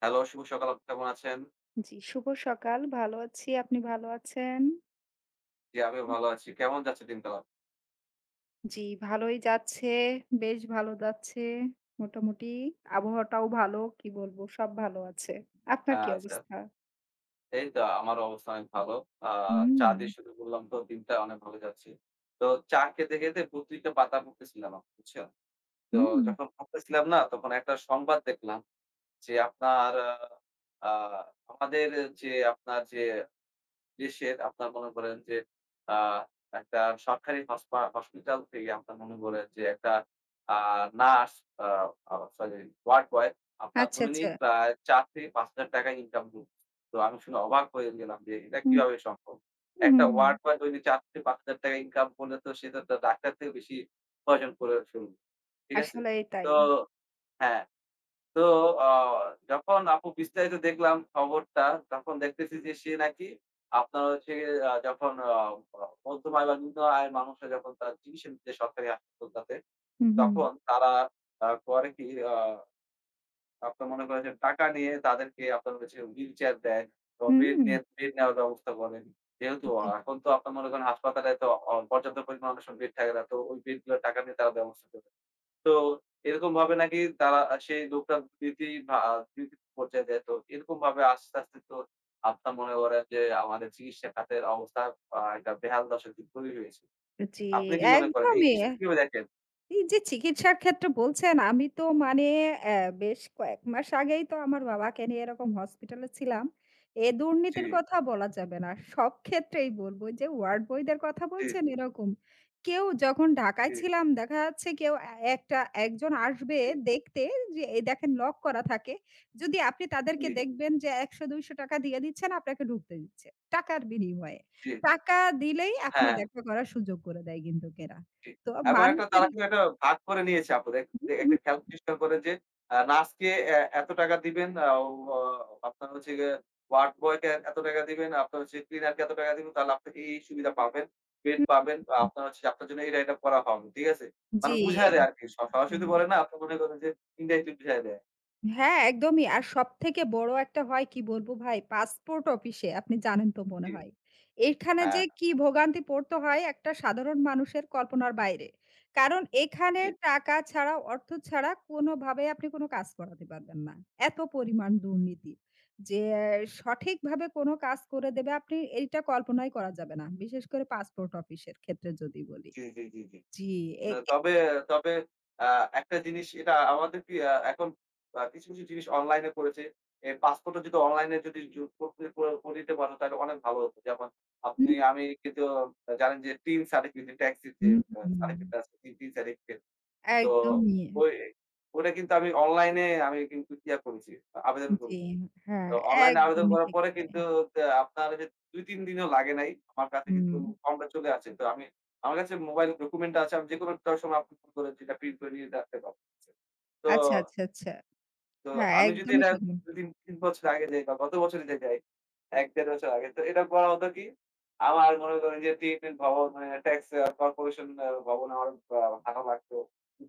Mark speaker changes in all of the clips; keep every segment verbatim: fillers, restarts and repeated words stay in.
Speaker 1: Hello, শুভ সকাল। আপনি কেমন আছেন?
Speaker 2: জি, শুভ সকাল। ভালো আছি। আপনি ভালো আছেন?
Speaker 1: জি, আমিও ভালো আছি। কেমন যাচ্ছে দিনকাল?
Speaker 2: জি, ভালোই যাচ্ছে। বেশ ভালো যাচ্ছে। মোটামুটি আবহাওয়াটাও ভালো। কি বলবো? সব ভালো আছে। আপনার কি
Speaker 1: হ্যাঁ, আচ্ছা।
Speaker 2: অবস্থা?
Speaker 1: এই তো আমার অবস্থা অনেক ভালো। আ
Speaker 2: হুম,
Speaker 1: চা দিয়ে শুরু করলাম তো দিনটা অনেক ভালো যাচ্ছে। তো চা খেতে, খেতে পত্রিকা পাতা পড়তেছিলাম আমি, বুঝছেন? তো
Speaker 2: হুম।
Speaker 1: যখন পড়তেছিলাম না তখন একটা সংবাদ দেখলাম যে আপনার আ আ আমাদের যে আপনার যে দেশের আপনার মনে করেন যে আ একটা সরকারি হসপা হসপিটাল থেকে আপনার মনে করেন যে একটা আ nurse uh uh sorry ward boy আপনার
Speaker 2: আচ্ছা, আচ্ছা।
Speaker 1: দৈনিক প্রায় চার থেকে ৳পাঁচ হাজার ইনকাম করছে। তো আমি শুনে অবাক হয়ে গেলাম যে এটা
Speaker 2: হুম,
Speaker 1: কিভাবে সম্ভব?
Speaker 2: হুম,
Speaker 1: একটা
Speaker 2: হুম।
Speaker 1: ওয়ার্ড বয় দৈনিক ৳চার থেকে ৳পাঁচ হাজার ইনকাম করলে তো সে তো একটা ডাক্তার থেকে বেশি উপার্জন করে ফেলবে। ঠিক আছে?
Speaker 2: আসলেই তাই।
Speaker 1: তো হ্যাঁ। তো আ যখন আপু বিস্তারিত দেখলাম খবরটা, তখন দেখতেছি যে সে নাকি আপনার হচ্ছে আ যখন আ আ মধ্যম আয় বা নিম্ন আয়ের মানুষরা যখন তারা চিকিৎসা নিচ্ছে সরকারি হাসপাতালটাতে,
Speaker 2: হুম, হুম।
Speaker 1: তখন তারা আ করে কি আ আপনার মনে করেন যে টাকা নিয়ে তাদেরকে আপনার হচ্ছে হুইলচেয়ার দেয় এবং বেড
Speaker 2: হুম।
Speaker 1: নিয়ে বেড নেওয়ার ব্যবস্থা করেন। যেহেতু
Speaker 2: জি,
Speaker 1: এখন তো আপনার মনে করেন হাসপাতালে তো অ পর্যাপ্ত পরিমাণ অনেক সময় বেড থাকে না। তো ওই বেডগুলোর টাকা নিয়ে তারা ব্যবস্থা করে। তো এরকম ভাবে নাকি তারা সেই লোকটা দিতি ভা দুর্নীতির পর্যায়ে যায়। তো এরকমভাবে আস্তে, আস্তে তো আপনার মনে করেন যে আমাদের চিকিৎসা খাতের অবস্থা আ একটা বেহাল দশা তৈরি হয়েছে।
Speaker 2: জি
Speaker 1: আপনি কি মনে করেন এই
Speaker 2: একদমই।
Speaker 1: বিষয়টা কিভাবে দেখেন?
Speaker 2: এই যে চিকিৎসার ক্ষেত্রে বলছেন, আমি তো মানে অ্যা বেশ কয়েক মাস আগেই তো আমার বাবাকে নিয়ে এরকম হসপিটালে ছিলাম। এ
Speaker 1: জি,
Speaker 2: দুর্নীতির কথা বলা যাবে না। সব ক্ষেত্রেই বলব। ওই যে ওয়ার্ড বয়দের কথা
Speaker 1: জি,
Speaker 2: বলছেন এরকম। কেউ যখন ঢাকায়
Speaker 1: জি,
Speaker 2: ছিলাম দেখা যাচ্ছে কেউ এ একটা একজন আসবে
Speaker 1: জি,
Speaker 2: দেখতে যে এই দেখেন লক করা থাকে। যদি আপনি তাদেরকে
Speaker 1: জি,
Speaker 2: দেখবেন যে ৳একশ টাকা-৳দুইশ টাকা দিয়ে দিচ্ছেন, আপনাকে ঢুকতে দিচ্ছে। টাকার বিনিময়ে।
Speaker 1: জি,
Speaker 2: টাকা দিলেই আপনার
Speaker 1: হ্যাঁ। হ্যাঁ।
Speaker 2: দেখা করার সুযোগ করে দেয় কিন্তু এরা।
Speaker 1: জি।
Speaker 2: তো
Speaker 1: এবং একটা
Speaker 2: মানুষের
Speaker 1: তারা কিন্তু একটা ভাগ করে নিয়েছে আপু। দেখ
Speaker 2: হুম,
Speaker 1: দে
Speaker 2: হুম,
Speaker 1: একটা ক্যালকুলেশন করে যে আ নার্সকে এ এত টাকা দিবেন, আ ও অ আপনার হচ্ছে গিয়ে ওয়ার্ড বয়কে এত টাকা দিবেন, আপনার হচ্ছে ক্লিনারকে এত টাকা দিবেন। তাহলে আপনি এই, এই সুবিধা পাবেন, বেড পাবেন বা
Speaker 2: হুম।
Speaker 1: আপনার হচ্ছে আপনার জন্য এটা, এটা করা হবে। ঠিক আছে?
Speaker 2: জি,
Speaker 1: মানে বুঝায় দেয় আরকি। স সরাসরি
Speaker 2: জি।
Speaker 1: বলে না, আপনি মনে করেন যে ইনডাইরেক্টলি বুঝায় দেয়।
Speaker 2: হ্যাঁ, একদমই। আর সবথেকে বড় একটা হয় কি বলবো ভাই, পাসপোর্ট অফিসে আপনি জানেন তো মনে
Speaker 1: জি।
Speaker 2: হয়। এখানে যে
Speaker 1: হ্যাঁ।
Speaker 2: কি ভোগান্তি পড়তে হয় একটা সাধারণ মানুষের কল্পনার বাইরে। কারণ এখানে
Speaker 1: জি,
Speaker 2: টাকা ছাড়া, অর্থ ছাড়া কোনোভাবে আপনি কোনো কাজ করাতে পারবেন না। এত পরিমাণ দুর্নীতি। যে সঠিকভাবে কোনো কাজ করে দেবে আপনি এইটা কল্পনাই করা যাবে না। বিশেষ করে পাসপোর্ট অফিসের ক্ষেত্রে যদি বলি।
Speaker 1: জি, জি, জি, জি।
Speaker 2: জি, এ
Speaker 1: না
Speaker 2: এ
Speaker 1: তবে তবে আ একটা জিনিস এটা আমাদের কি আ এখন আ কিছু, কিছু জিনিস অনলাইনে করেছে। এ পাসপোর্টও যদি অনলাইনে যদি জু করতে ক করে দিতে পারো তাহলে অনেক ভালো হতো। যেমন আপনি
Speaker 2: হুম,
Speaker 1: আমি কিন্তু জানেন যে টি আই এন সার্টিফিকেট ট্যাক্সের যে
Speaker 2: হুম,
Speaker 1: আ
Speaker 2: হুম।
Speaker 1: সার্টিফিকেট আছে T I N T I N certificate. তো
Speaker 2: একদমই।
Speaker 1: ওই ওটা কিন্তু আমি অনলাইনে আমি কিন্তু ইয়া করেছি, আবেদন
Speaker 2: জি,
Speaker 1: করেছি।
Speaker 2: হ্যাঁ,
Speaker 1: তো অনলাইনে আবেদন
Speaker 2: একদমই
Speaker 1: করার
Speaker 2: ঠিক
Speaker 1: পরে
Speaker 2: তাই।
Speaker 1: কিন্তু তা আপনার ওইযে দুই তিন দিনও লাগে নাই। আমার কাছে
Speaker 2: হুম।
Speaker 1: কিন্তু ফর্মটা চলে আসে। তো আমি আমার কাছে মোবাইল ডকুমেন্টটা আছে। আমি যেকোনো একটা সময় আপলোড করে যেটা প্রিন্ট করে নিয়ে রাখতে পারতেছি। তো
Speaker 2: আচ্ছা, আচ্ছা, আচ্ছা।
Speaker 1: তো
Speaker 2: হ্যাঁ,
Speaker 1: আমি যদি
Speaker 2: একদমই
Speaker 1: এটা
Speaker 2: ঠিক।
Speaker 1: দুই তিন তিন বছর আগে যাই বা গত বছরে যে যাই, এক দেড় বছর আগে। তো এটা করা হতো কি? আমার মনে করেন যে টিএমএল ভবন মানে ট্যাক্স আ কর্পোরেশন আ ভবন আমার আ ভাড়া লাগতো।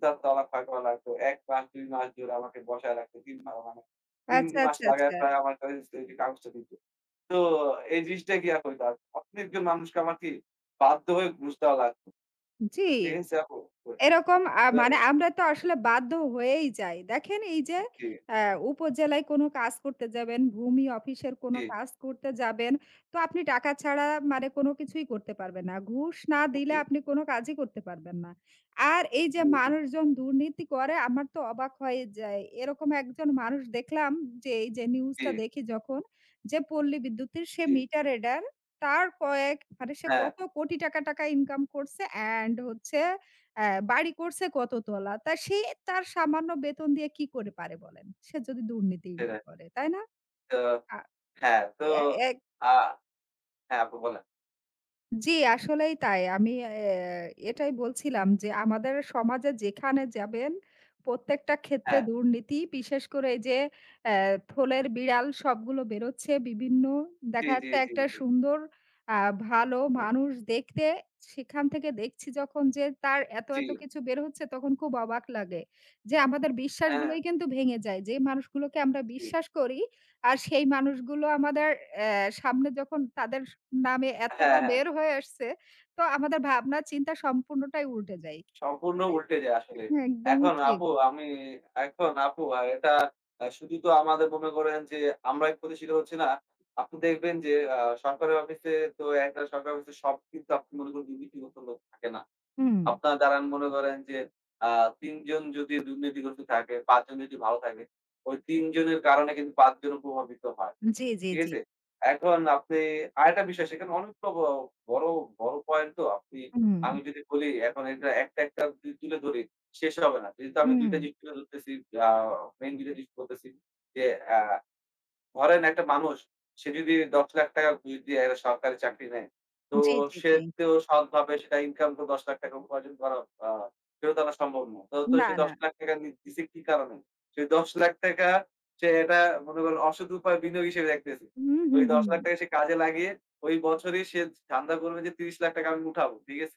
Speaker 1: চার তলা, ছয় তলা লাগতো। এক মাস দুই মাস জুড়ে আমাকে বসায় রাখতো। তিন মা মানে তিন
Speaker 2: আচ্ছা,
Speaker 1: মাস
Speaker 2: আচ্ছা,
Speaker 1: লাগায়
Speaker 2: আচ্ছা।
Speaker 1: প্রায় আমার কাছে এই যে কাগজটা দিত। তো এই জিনিসটা কি আর হইতো? অনেকজন মানুষকে আমার কি বাধ্য হয়ে ঘুষ দেওয়া লাগতো।
Speaker 2: জি।
Speaker 1: ঠিক আছে আপু? তো,
Speaker 2: এরকম আ মানে
Speaker 1: এ-
Speaker 2: আমরা তো আসলে বাধ্য হয়েই যাই। দেখেন এই যে
Speaker 1: জি,
Speaker 2: আ উপজেলায় কোনো কাজ করতে যাবেন, ভূমি অফিসের কোনো
Speaker 1: জি,
Speaker 2: কাজ করতে যাবেন, তো আপনি টাকা ছাড়া মানে কোনো কিছুই করতে পারবেন না। ঘুষ না দিলে
Speaker 1: জি,
Speaker 2: আপনি কোনো কাজই করতে পারবেন না। আর এই যে
Speaker 1: জি,
Speaker 2: মানুষজন দুর্নীতি করে আমার তো অবাক হয়ে যায়। এরকম একজন মানুষ দেখলাম যে এই যে
Speaker 1: জি,
Speaker 2: নিউজটা দেখি যখন যে পল্লী বিদ্যুতের সে
Speaker 1: জি,
Speaker 2: মিটার রিডার তার কয়েক মানে সে
Speaker 1: হ্যাঁ,
Speaker 2: কত কোটি টাকা, টাকা ইনকাম করছে অ্যান্ড হচ্ছে হ্যাঁ, বাড়ি করছে কততলা। তা সে তার সামান্য বেতন দিয়ে কি করে পারে বলেন? সে যদি দুর্নীতিই না
Speaker 1: সেটাই।
Speaker 2: করে, তাই না?
Speaker 1: তো
Speaker 2: আ
Speaker 1: হ্যাঁ, তো
Speaker 2: এ এ
Speaker 1: আ হ্যাঁ, আপু বলেন।
Speaker 2: জি, আসলেই তাই। আমি অ্যা এটাই বলছিলাম যে আমাদের সমাজে যেখানে যাবেন প্রত্যেকটা ক্ষেত্রে
Speaker 1: হ্যাঁ,
Speaker 2: দুর্নীতি। বিশেষ করে এই যে অ্যা থোলের বিড়াল সবগুলো বেরোচ্ছে বিভিন্ন
Speaker 1: জি,
Speaker 2: দেখা
Speaker 1: জি,
Speaker 2: যাচ্ছে
Speaker 1: জি,
Speaker 2: একটা
Speaker 1: জি।
Speaker 2: সুন্দর আ ভালো
Speaker 1: হুম,
Speaker 2: মানুষ দেখতে সেখান থেকে দেখছি যখন যে তার এত,
Speaker 1: জি,
Speaker 2: এত কিছু বের হচ্ছে তখন খুব অবাক লাগে। যে আমাদের
Speaker 1: হ্যাঁ,
Speaker 2: বিশ্বাসগুলোই কিন্তু ভেঙে যায়। যে মানুষগুলোকে আমরা
Speaker 1: জি।
Speaker 2: বিশ্বাস করি আর সেই মানুষগুলো আমাদের অ্যা সামনে যখন তাদের স নামে এতটা
Speaker 1: হ্যাঁ, হ্যাঁ,
Speaker 2: বের হয়ে আসছে, তো আমাদের ভাবনা চিন্তা সম্পূর্ণটাই উল্টে যায়।
Speaker 1: সম্পূর্ণ উল্টে যায় আসলে।
Speaker 2: একদমই
Speaker 1: এখন
Speaker 2: ঠিক।
Speaker 1: আপু আমি এখন আপু আ এটা আ শুধু তো আমাদের মনে করেন যে আমরাই প্রতিষ্ঠিত হচ্ছি না। আপনি দেখবেন যে আ সরকারি অফিসে তো একটা সরকারি অফিসে সব কিন্তু আপনি মনে করেন দুর্নীতিগ্রস্ত লোক থাকে না।
Speaker 2: হুম।
Speaker 1: আপনার দাঁড়ান মনে করেন যে আ তিন জন যদি দুর্নীতিগ্রস্ত থাকে, পাঁচ জন যদি ভালো থাকে, ওই তিন জনের কারণে কিন্তু পাঁচ জন প্রভাবিত হয়।
Speaker 2: জি, জি,
Speaker 1: ঠিক
Speaker 2: জি।
Speaker 1: আছে? এখন আপনি আরেকটা বিষয় সেখানে অনেকটা ব বড়, বড় পয়েন্ট তো আপনি
Speaker 2: হুম,
Speaker 1: আমি যদি বলি এখন এটা একটা, একটা যদি তুলে ধরি শেষ হবে না। যেহেতু আমি দুই
Speaker 2: হুম।
Speaker 1: টা জিনিস তুলে ধরতেছি আ মেইন দুই টা জিনিস বলতেছি যে আ ধরেন একটা মানুষ, সে যদি ৳দশ,লাখ ঘুষ দিয়ে একটা সরকারি চাকরি নেয়, তো
Speaker 2: জি, জি,
Speaker 1: সে
Speaker 2: জি।
Speaker 1: তো সৎভাবে সেটা ইনকাম করে ৳দশ,লাখ উপার্জন করা আ ফেরত আনা সম্ভব না। তো, তো
Speaker 2: না,
Speaker 1: সে
Speaker 2: না।
Speaker 1: ৳দশ,লাখ নি দিছে কি কারণে? সেই ৳দশ,লাখ সে এটা মনে করেন অসৎ উপায়ে বিনিয়োগ হিসেবে দেখতেছে।
Speaker 2: হুম,
Speaker 1: ওই
Speaker 2: হুম, হুম।
Speaker 1: ৳দশ,লাখ সে কাজে লাগিয়ে ওই বছরই সে ধান্দা করবে যে ৳ত্রিশ,লাখ আমি উঠাবো। ঠিক আছে?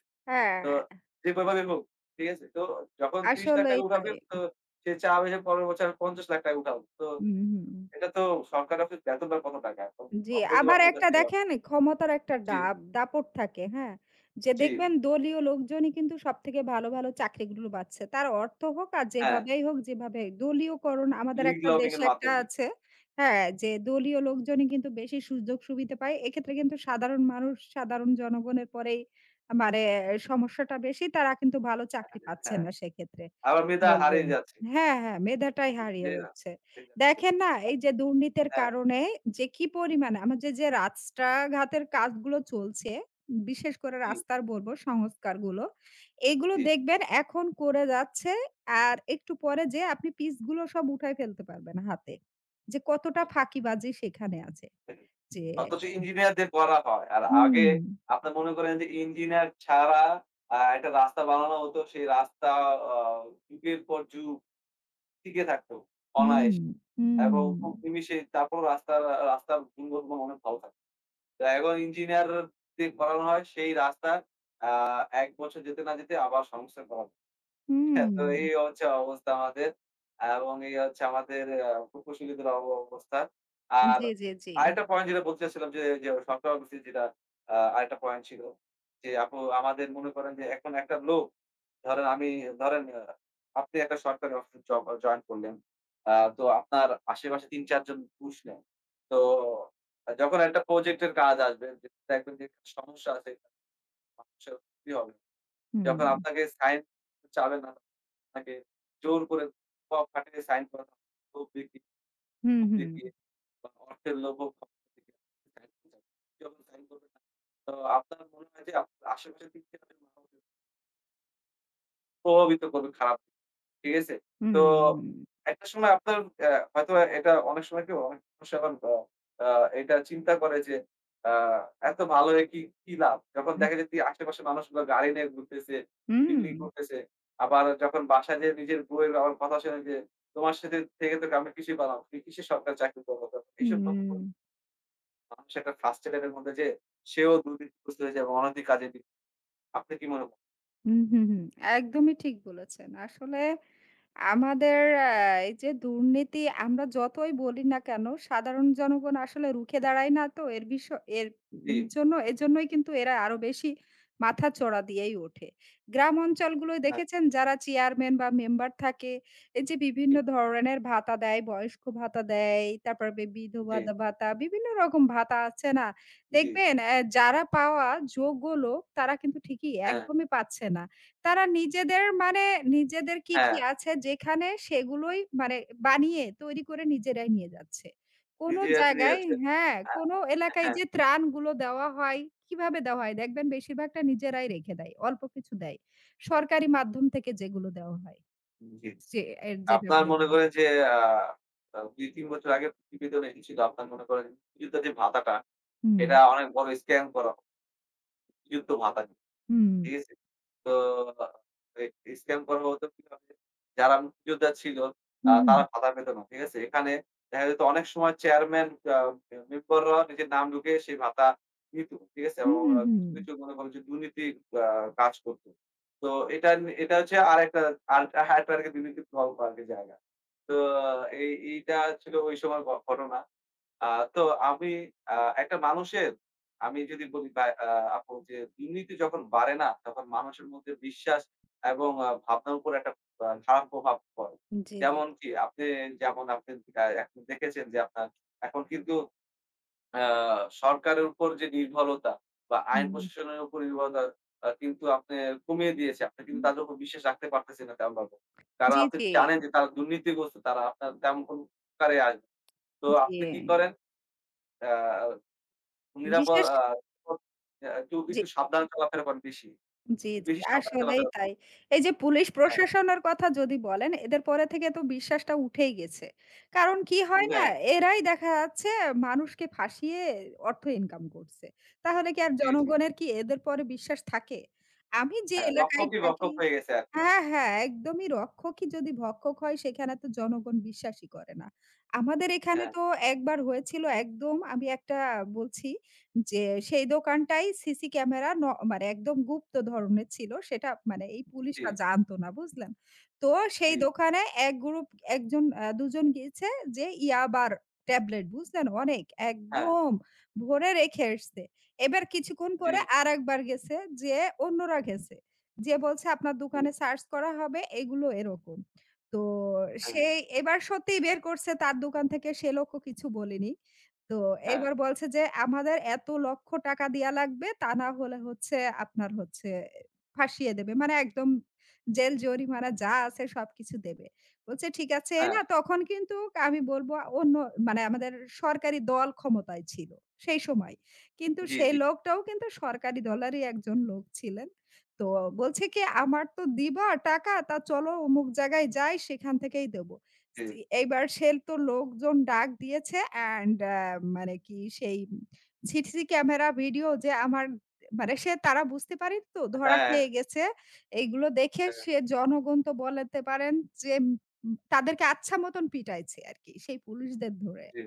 Speaker 1: তো
Speaker 2: হ্যাঁ,
Speaker 1: যেভাবে হোক। ঠিক আছে? তো যখন ৳ত্রিশ,লাখ
Speaker 2: আসলেই
Speaker 1: উঠাবে
Speaker 2: তাই।
Speaker 1: তো সে চাবে যে পরের বছর আমি ৳পঞ্চাশ,লাখ উঠাবো। তো
Speaker 2: হুম, হুম।
Speaker 1: এটা তো সরকারি অফিস বেতন পায় কত টাকা এখন?
Speaker 2: জি, আবার
Speaker 1: অবৈধভাবে
Speaker 2: একটা
Speaker 1: উঠাতে হবে।
Speaker 2: দেখেন ক্ষমতার একটা
Speaker 1: জি,
Speaker 2: দাপ দাপট থাকে, হ্যাঁ? যে
Speaker 1: জি,
Speaker 2: দেখবেন দলীয় লোকজনই কিন্তু সবথেকে ভালো, ভালো চাকরিগুলো পাচ্ছে। তার অর্থ হোক আর
Speaker 1: হ্যাঁ।
Speaker 2: যেভাবেই হোক, যেভাবে দলীয়করণ আমাদের
Speaker 1: লিগ
Speaker 2: একটা
Speaker 1: লবিং
Speaker 2: দেশে
Speaker 1: এর
Speaker 2: একটা
Speaker 1: মাধ্যমে।
Speaker 2: আছে, হ্যাঁ? যে দলীয় লোকজনই কিন্তু বেশি সুযোগ সুবিধা পায়। এক্ষেত্রে কিন্তু সাধারণ মানুষ, সাধারণ জনগণের পরেই মানে সমস্যাটা বেশি। তারা কিন্তু ভালো চাকরি পাচ্ছে
Speaker 1: হ্যাঁ,
Speaker 2: না সেক্ষেত্রে।
Speaker 1: আবার মেধা
Speaker 2: বলবেন।
Speaker 1: হারিয়ে যাচ্ছে।
Speaker 2: হ্যাঁ, হ্যাঁ, মেধাটাই হারিয়ে
Speaker 1: জি না,
Speaker 2: যাচ্ছে।
Speaker 1: ঠিক আছে।
Speaker 2: দেখেন না এই যে দুর্নীতির
Speaker 1: হ্যাঁ,
Speaker 2: কারণে যে কি পরিমাণে আমাদের যে রাস্তাঘাটের কাজগুলো চলছে, বিশেষ করে
Speaker 1: জি,
Speaker 2: রাস্তার বলবো সংস্কারগুলো, এগুলো
Speaker 1: জি।
Speaker 2: দেখবেন এখন করে যাচ্ছে আর একটু পরে যেয়ে আপনি পিচগুলো সব উঠায় ফেলতে পারবেন হাতে। যে কতটা ফাঁকিবাজি সেখানে আছে। যে
Speaker 1: অথচ ইঞ্জিনিয়ারদের করা হয়। আর
Speaker 2: হুম,
Speaker 1: আগে আপনার মনে করেন যে ইঞ্জিনিয়ার ছাড়া আ একটা রাস্তা বানানো হতো। সেই রাস্তা আ যুগের পর যুগ টিকে থাকতো
Speaker 2: হুম,
Speaker 1: অনায়াসে। এবং
Speaker 2: হুম,
Speaker 1: খুব নিমিষে তারপর রাস্তার রাস্তার গুণগত মান অনেক ভালো থাকতো। তো এখন ইঞ্জিনিয়ার দিয়ে করানো হয় সেই রাস্তা আ এক বছর যেতে না যেতে আবার সংস্কার করা হয়।
Speaker 2: হুম।
Speaker 1: হ্যাঁ, তো এই হচ্ছে অবস্থা আমাদের। এবং এই হচ্ছে আমাদের আ প্রকৌশলীদের অব অবস্থা। আর
Speaker 2: জি, জি, জি।
Speaker 1: আরেকটা পয়েন্ট যেটা বলতে চাচ্ছিলাম যে, যে সরকার অফিসে যেটা আ আরেকটা পয়েন্ট ছিল। যে আপু আমাদের মনে করেন যে এখন একটা লোক ধরেন আমি ধরেন আ আপনি একটা সরকারি অফিসে জব জয়েন করলেন। আ তো আপনার আশেপাশে তিন চার জন ঘুষ নেয়। তো আহ, যখন একটা প্রজেক্টের কাজ আসবে, যে দেখবেন যে একটা সমস্যা আছে, মানুষের ক্ষতি হবে।
Speaker 2: হুম,
Speaker 1: যখন আপনাকে সাইন চাবে না, আপনাকে জোর করে খোয়াব খাটিয়ে সাইন করানো লোভ দেখিয়ে,
Speaker 2: হুম,
Speaker 1: ক্ষোভ
Speaker 2: হুম,
Speaker 1: দেখিয়ে বা অর্থের লোভও যখন সাইন করবে না, তো আপনার মনে হয় যে আপনার আশেপাশে তিন চার জন মানুষ প্রভাবিত করবে খারাপ। ঠিক আছে?
Speaker 2: হুম।
Speaker 1: তো একটা সময় আপনার অ্যা হয়তোবা এটা অনেক সময় কি অনেক মানুষ আবার আ আ এটা চিন্তা করে যে আ এত ভালো হয়ে কি, কি লাভ? যখন দেখা যায় তুই আশেপাশের মানুষগুলো গাড়ি নিয়ে ঘুরতেছে,
Speaker 2: হুম,
Speaker 1: চিল্লিং করতেছে। আবার যখন বাসায় যেয়ে নিজের বউয়ের আবার কথা শোনে যে, "তোমার সাথে থেকে তোকে আমি কিসে পালাম? তুই কিসে সরকারি চাকরি করবো?" তো এইসব কথা
Speaker 2: হুম,
Speaker 1: বলে মানুষ একটা frustrated এর মধ্যে যেয়ে সেও দুর্নীতিগ্রস্ত হয়ে যাবে অনৈতিক কাজে লি আপনি কি মনে করেন?
Speaker 2: হুম, হুম, হুম, একদমই ঠিক বলেছেন। আসলে আমাদের আ এই যে দুর্নীতি আমরা যতই বলি না কেন, সাধারণ জনগণ আসলে রুখে দাঁড়ায় না তো এর বিষ এর
Speaker 1: জি,
Speaker 2: উম জন্য এজন্যই কিন্তু এরা আরো বেশি মাথাচড়া দিয়েই ওঠে। গ্রাম অঞ্চলগুলোয়
Speaker 1: হ্যাঁ,
Speaker 2: দেখেছেন যারা চেয়ারম্যান বা মেম্বার থাকে, এই যে বিভিন্ন ধরনের ভাতা দেয়, বয়স্ক ভাতা দেয়, তারপরে বি বিধবা
Speaker 1: জি,
Speaker 2: দা ভাতা, বিভিন্ন রকম ভাতা আছে না?
Speaker 1: জি, জি,
Speaker 2: দেখবেন অ্যা যারা পাওয়া যোগ্য লোক তারা কিন্তু ঠিকই
Speaker 1: হ্যাঁ,
Speaker 2: একদমই পাচ্ছে না। তারা নিজেদের মানে নিজেদের কি, কি
Speaker 1: হ্যাঁ।
Speaker 2: আছে যেখানে সেগুলোই মানে বানিয়ে তৈরি করে নিজেরাই নিয়ে যাচ্ছে। কোনো
Speaker 1: জি, আছে, জি,
Speaker 2: জায়গায়
Speaker 1: আছে।
Speaker 2: হ্যাঁ,
Speaker 1: আ
Speaker 2: কোনো এলাকায়
Speaker 1: হ্যাঁ,
Speaker 2: যে ত্রাণগুলো দেওয়া হয়, কিভাবে দেওয়া হয় দেখবেন বেশিরভাগটা নিজেরাই রেখে দেয়। অল্প কিছু দেয়। সরকারি মাধ্যম থেকে যেগুলো দেওয়া হয়।
Speaker 1: জি।
Speaker 2: যে এর যেটা
Speaker 1: আপনার মনে
Speaker 2: বলব।
Speaker 1: করেন যে আ আ দুই তিন বছর আগে প্রতিবেদনে এসেছিল। আপনার মনে করেন মুক্তিযোদ্ধা যে ভাতাটা,
Speaker 2: হুম,
Speaker 1: এটা অনেক বড় স্ক্যাম করা যুদ্ধ ভাতা।
Speaker 2: হুম,
Speaker 1: দিয়েছি। তো এ স্ক্যাম করা হতো কিভাবে? যারা মুক্তিযোদ্ধা ছিল আ
Speaker 2: হুম, হুম,
Speaker 1: তারা ভাতা পেত না। ঠিক আছে? এখানে দেখা যেত অনেক সময় চেয়ারম্যান আ মেম্বাররা নিজের নাম ঢুকিয়ে সেই ভাতা নিত। ঠিক আছে?
Speaker 2: হুম,
Speaker 1: এবং
Speaker 2: হুম,
Speaker 1: আ
Speaker 2: হুম।
Speaker 1: কিছু, কিছু মনে করেন যে দুর্নীতি আ কাজ করত। তো এটা নি এটা হচ্ছে আরেকটা আর আরেকটা আরকি দুর্নীতির প্রভাব আরকি জায়গা। তো এই এইটা ছিল ওই সময় ঘ ঘটনা। আ তো আমি আ একটা মানুষের আমি যদি বলি বা আ আপু যে দুর্নীতি যখন বাড়ে না, তখন মানুষের মধ্যে বিশ্বাস এবং আ ভাবনার উপর একটা আ খারাপ প্রভাব পড়ে।
Speaker 2: জি, জি।
Speaker 1: যেমন কি আপনি যেমন আপনি আ এখন দেখেছেন যে আপনার এখন কিন্তু আ সরকারের উপর যে নির্ভরতা বা আইন
Speaker 2: হুম,
Speaker 1: প্রশাসনের উপর নির্ভরতা আ কিন্তু আপনি কমিয়ে দিয়েছে। আপনি কিন্তু
Speaker 2: হুম।
Speaker 1: তাদের উপর বিশ্বাস রাখতে পারতেছেন না তেমনভাবে। কারণ
Speaker 2: জি,
Speaker 1: আপনি
Speaker 2: জি,
Speaker 1: জানেন যে তারা দুর্নীতিগ্রস্ত। তারা আপনার তেমন কোন উপকারে আসবে না। তো
Speaker 2: জি।
Speaker 1: আপনি কি করেন? আ নিরাপদ
Speaker 2: বিশেষ
Speaker 1: আ পদ আ একটু
Speaker 2: জি।
Speaker 1: একটু সাবধানে চলাফেরা করেন বেশি।
Speaker 2: জি,
Speaker 1: একটু
Speaker 2: জি।
Speaker 1: বেশি সাবধানে
Speaker 2: আসলেই
Speaker 1: চলাফেরা
Speaker 2: তাই।
Speaker 1: করেন।
Speaker 2: এই যে পুলিশ
Speaker 1: হ্যাঁ,
Speaker 2: প্রশাসনের কথা যদি বলেন, এদের পরে থেকে তো বিশ্বাসটা উঠেই গেছে। কারণ কি হয় না?
Speaker 1: হ্যাঁ,
Speaker 2: এরাই দেখা যাচ্ছে মানুষকে ফাঁসিয়ে অর্থ ইনকাম করছে। তাহলে কি আর
Speaker 1: জি, জি।
Speaker 2: জনগণের কি এদের পরে বিশ্বাস থাকে? আমি যে
Speaker 1: হ্যাঁ,
Speaker 2: এলাকায়
Speaker 1: রক্ষকই
Speaker 2: থাকি
Speaker 1: রক্ষক হয়ে গেছে আরকি।
Speaker 2: হ্যাঁ, হ্যাঁ, একদমই রক্ষকই যদি ভক্ষক হয় সেখানে তো জনগণ বিশ্বাসই করে না। আমাদের এখানে
Speaker 1: হ্যাঁ,
Speaker 2: তো একবার হয়েছিল একদম আমি একটা বলছি যে সেই দোকানটাই সিসি ক্যামেরা ন মানে একদম গুপ্ত ধরনের ছিল। সেটা মানে এই
Speaker 1: জি,
Speaker 2: পুলিশরা জানতো না, বুঝলেন? তো সেই
Speaker 1: জি,
Speaker 2: দোকানে এক গ্রুপ একজন আ দুই জন গিয়েছে যে ইয়াবার ট্যাবলেট বুঝলেন? অনেক
Speaker 1: হ্যাঁ,
Speaker 2: একদম ভরে রেখে এসছে। এবার কিছুক্ষণ
Speaker 1: জি,
Speaker 2: পরে আরেকবার গেছে যেয়ে অন্যরা গেছে। যে বলছে আপনার
Speaker 1: জি,
Speaker 2: দোকানে সার্চ করা হবে এগুলো এরকম। তো
Speaker 1: হ্যাঁ,
Speaker 2: সে এবার সত্যিই বের করছে তার দোকান থেকে সে লোকও কিছু বলেনি। তো
Speaker 1: হ্যাঁ,
Speaker 2: এবার বলছে যে আমাদের এত লক্ষ টাকা দেয়া লাগবে তা না হলে হচ্ছে আপনার হচ্ছে ফাঁসিয়ে দেবে। মানে একদম জেল জরিমানা যা আছে সবকিছু দেবে। বলছে ঠিক আছে
Speaker 1: হ্যাঁ,
Speaker 2: না তখন কিন্তু আমি বলব অন্য মানে আমাদের সরকারি দল ক্ষমতায় ছিল সেই সময়। কিন্তু
Speaker 1: জি,
Speaker 2: সেই
Speaker 1: জি,
Speaker 2: লোকটাও কিন্তু সরকারি দলেরই একজন লোক ছিলেন। তো বলছে কি, "আমার তো দিবা টাকা, তা চলো অমুক জায়গায় যাই, সেখান থেকেই দেবো।"
Speaker 1: জি।
Speaker 2: সি এইবার সে তো লোকজন ডাক দিয়েছে অ্যান্ড আ মানে কি সেই সিসি ক্যামেরা ভিডিও যে আমার মানে সে তারা বুঝতে পারেন তো ধরা
Speaker 1: হ্যাঁ,
Speaker 2: খেয়ে গেছে। এইগুলো দেখে
Speaker 1: হ্যাঁ,
Speaker 2: সে জনগণ তো বলতে পারেন যে উম তাদেরকে আচ্ছা মতন পিটাইছে আরকি সেই পুলিশদের ধরে।
Speaker 1: জি।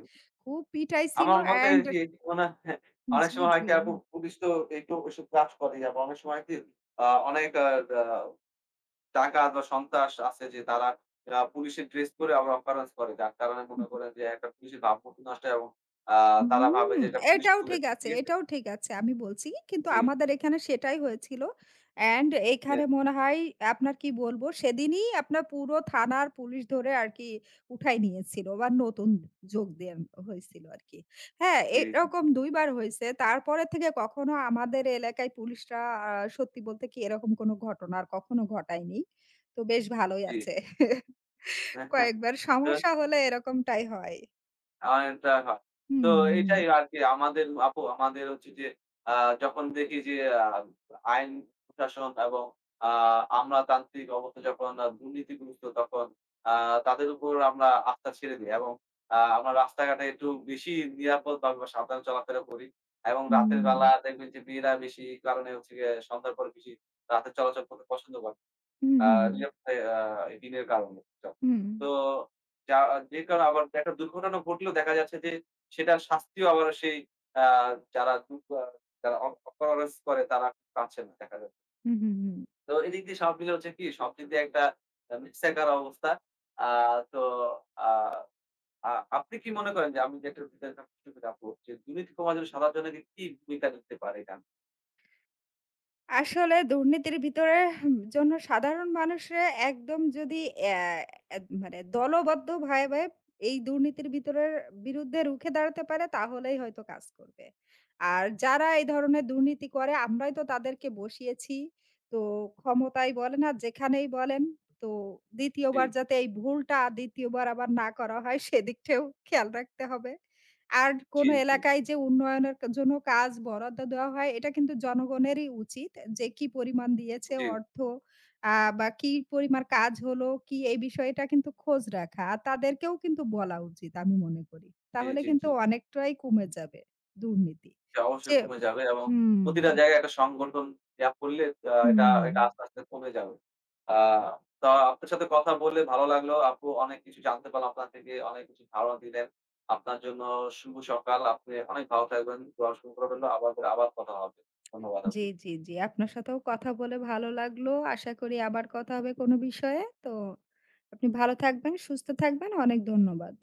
Speaker 2: খুব পিটাইছিল
Speaker 1: আমার মতে
Speaker 2: অ্যান্ড
Speaker 1: আরকি মনে হয় অনেক
Speaker 2: জি,
Speaker 1: সময় হয়
Speaker 2: জি।
Speaker 1: কি আপু পুলিশ তো একটু ওইসব কাজ করে আবার অনেক সময় কি আ অনেক আ দা ডাকাত বা সন্ত্রাস আছে যে তারা আ পুলিশের ড্রেস পরে আবার অকারেন্স করে। যার কারণে মনে করেন যে একটা পুলিশের ভাবমূর্তি নষ্ট হয় এবং আ তারা ভাবে
Speaker 2: হুম,
Speaker 1: যে এটা পুলিশ
Speaker 2: এটাও ঠিক
Speaker 1: করেছে।
Speaker 2: আছে,
Speaker 1: ঠিক আছে?
Speaker 2: এটাও ঠিক আছে। আমি বলছি কিন্তু
Speaker 1: জি।
Speaker 2: আমাদের এখানে সেটাই হয়েছিল। অ্যান্ড
Speaker 1: হ্যাঁ,
Speaker 2: এখানে মনে হয় আপনার কি বলবো সেদিনই আপনার পুরো থানার পুলিশ ধরে আরকি উঠায় নিয়েছিল বা নতুন যোগ দেন হয়েছিল আরকি। হ্যাঁ,
Speaker 1: জি, জি,
Speaker 2: এরকম দুই বার হইছে। তারপরে থেকে কখনো আমাদের এলাকায় পুলিশরা আ সত্যি বলতে কি এরকম কোনো ঘটনা আর কখনো ঘটায়নি। তো বেশ ভালোই
Speaker 1: জি।
Speaker 2: আছে। কয়েকবার সমস্যা হলে এরকমটাই হয়।
Speaker 1: অনেকটা হয়। তো
Speaker 2: হুম,
Speaker 1: এটাই আরকি আমাদের আপু আমাদের হচ্ছে যে আ যখন দেখি যে আ আইন প্রশাসন এবং আ আমলাতান্ত্রিক অবস্থা যখন আ দুর্নীতিগ্রস্ত তখন আ তাদের উপর আমরা আস্থা ছেড়ে দেই এবং আ আমরা রাস্তাঘাটে একটু বেশি নিরাপদভাবে বা সাবধানে চলাফেরা করি এবং রাতের
Speaker 2: হুম।
Speaker 1: বেলা দেখবেন যে মেয়েরা বেশি কারণে হচ্ছে গিয়ে সন্ধ্যার পর বেশি রাতে চলাচল করতে পছন্দ করে।
Speaker 2: হুম,
Speaker 1: আ
Speaker 2: হুম, হুম।
Speaker 1: নিরাপত্তায় আ ঋণের কারণে।
Speaker 2: হুম,
Speaker 1: তো যা যে কারণে আবার একটা দুর্ঘটনা ঘটলেও দেখা যাচ্ছে যে সেটার শাস্তিও আবার সেই আ যারা দু আ যারা অ অপরাধ করে তারা পাচ্ছে না দেখা যাচ্ছে।
Speaker 2: হুম, হুম, হুম।
Speaker 1: তো এদিক দিয়ে সব মিলে হচ্ছে কি সব দিক দিয়ে একটা আ মিক্সাকার অবস্থা। আ তো আ আ আপনি কি মনে করেন যে আমি যে একটা বিষয় নিয়ে আপনার সাথে যাবো, যে দুর্নীতি কমার জন্য সাধারণ জনগণের কি ভূমিকা নিতে পারে এটা?
Speaker 2: আসলে দুর্নীতির ভিতরে হুম, জন্য সাধারণ মানুষরা একদম যদি অ্যা এদ মানে দলবদ্ধ ভাবে, ভাবে এই দুর্নীতির ভিতরের বিরুদ্ধে রুখে দাঁড়াতে পারে তাহলেই হয়তো কাজ করবে। আর যারা এই ধরনের দুর্নীতি করে আমরাই তো তাদেরকে বসিয়েছি। তো ক্ষমতায় বলেন আর যেখানেই বলেন তো দ্বিতীয়
Speaker 1: জি,
Speaker 2: বার যাতে এই ভুলটা দ্বিতীয় বার আবার না করা হয় সেদিকটাও খেয়াল রাখতে হবে। আর
Speaker 1: জি,
Speaker 2: কোনো
Speaker 1: জি,
Speaker 2: এলাকায় যে উন্নয়নের কা জন্য কাজ বরাদ্দ দেওয়া হয়, এটা কিন্তু জনগণেরই উচিত যে কি পরিমাণ দিয়েছে
Speaker 1: জি,
Speaker 2: অর্থ আ বা কি পরিমাণ কাজ হলো, কি এই বিষয়টা কিন্তু খোঁজ রাখা। আর তাদেরকেও কিন্তু বলা উচিত আমি মনে করি। তাহলে
Speaker 1: জি,
Speaker 2: কিন্তু
Speaker 1: জি।
Speaker 2: অনেকটাই কমে যাবে দুর্নীতি।
Speaker 1: জি,
Speaker 2: যে
Speaker 1: অবশ্যই কমে যাবে এবং
Speaker 2: হুম,
Speaker 1: প্রতিটা জায়গায় একটা সংগঠন ইয়া করলে আ এটা
Speaker 2: হুম।
Speaker 1: এটা আস্তে, আস্তে কমে যাবে। আ তো আপনার সাথে কথা বলে ভালো লাগলো। আপু অনেক কিছু জানতে পারলাম আপনার থেকে, অনেক কিছু ধারণা দিলেন। আপনার জন্য শুভ সকাল। আপনি অনেক ভালো থাকবেন। দোয়া শুভ রইল। আবার আবার কথা হবে। ধন্যবাদ
Speaker 2: জি,
Speaker 1: আপু।
Speaker 2: জি, জি। আপনার সাথেও কথা বলে ভালো লাগলো। আশা করি আবার কথা হবে কোনো বিষয়ে। তো আপনি ভালো থাকবেন, সুস্থ থাকবেন। অনেক ধন্যবাদ।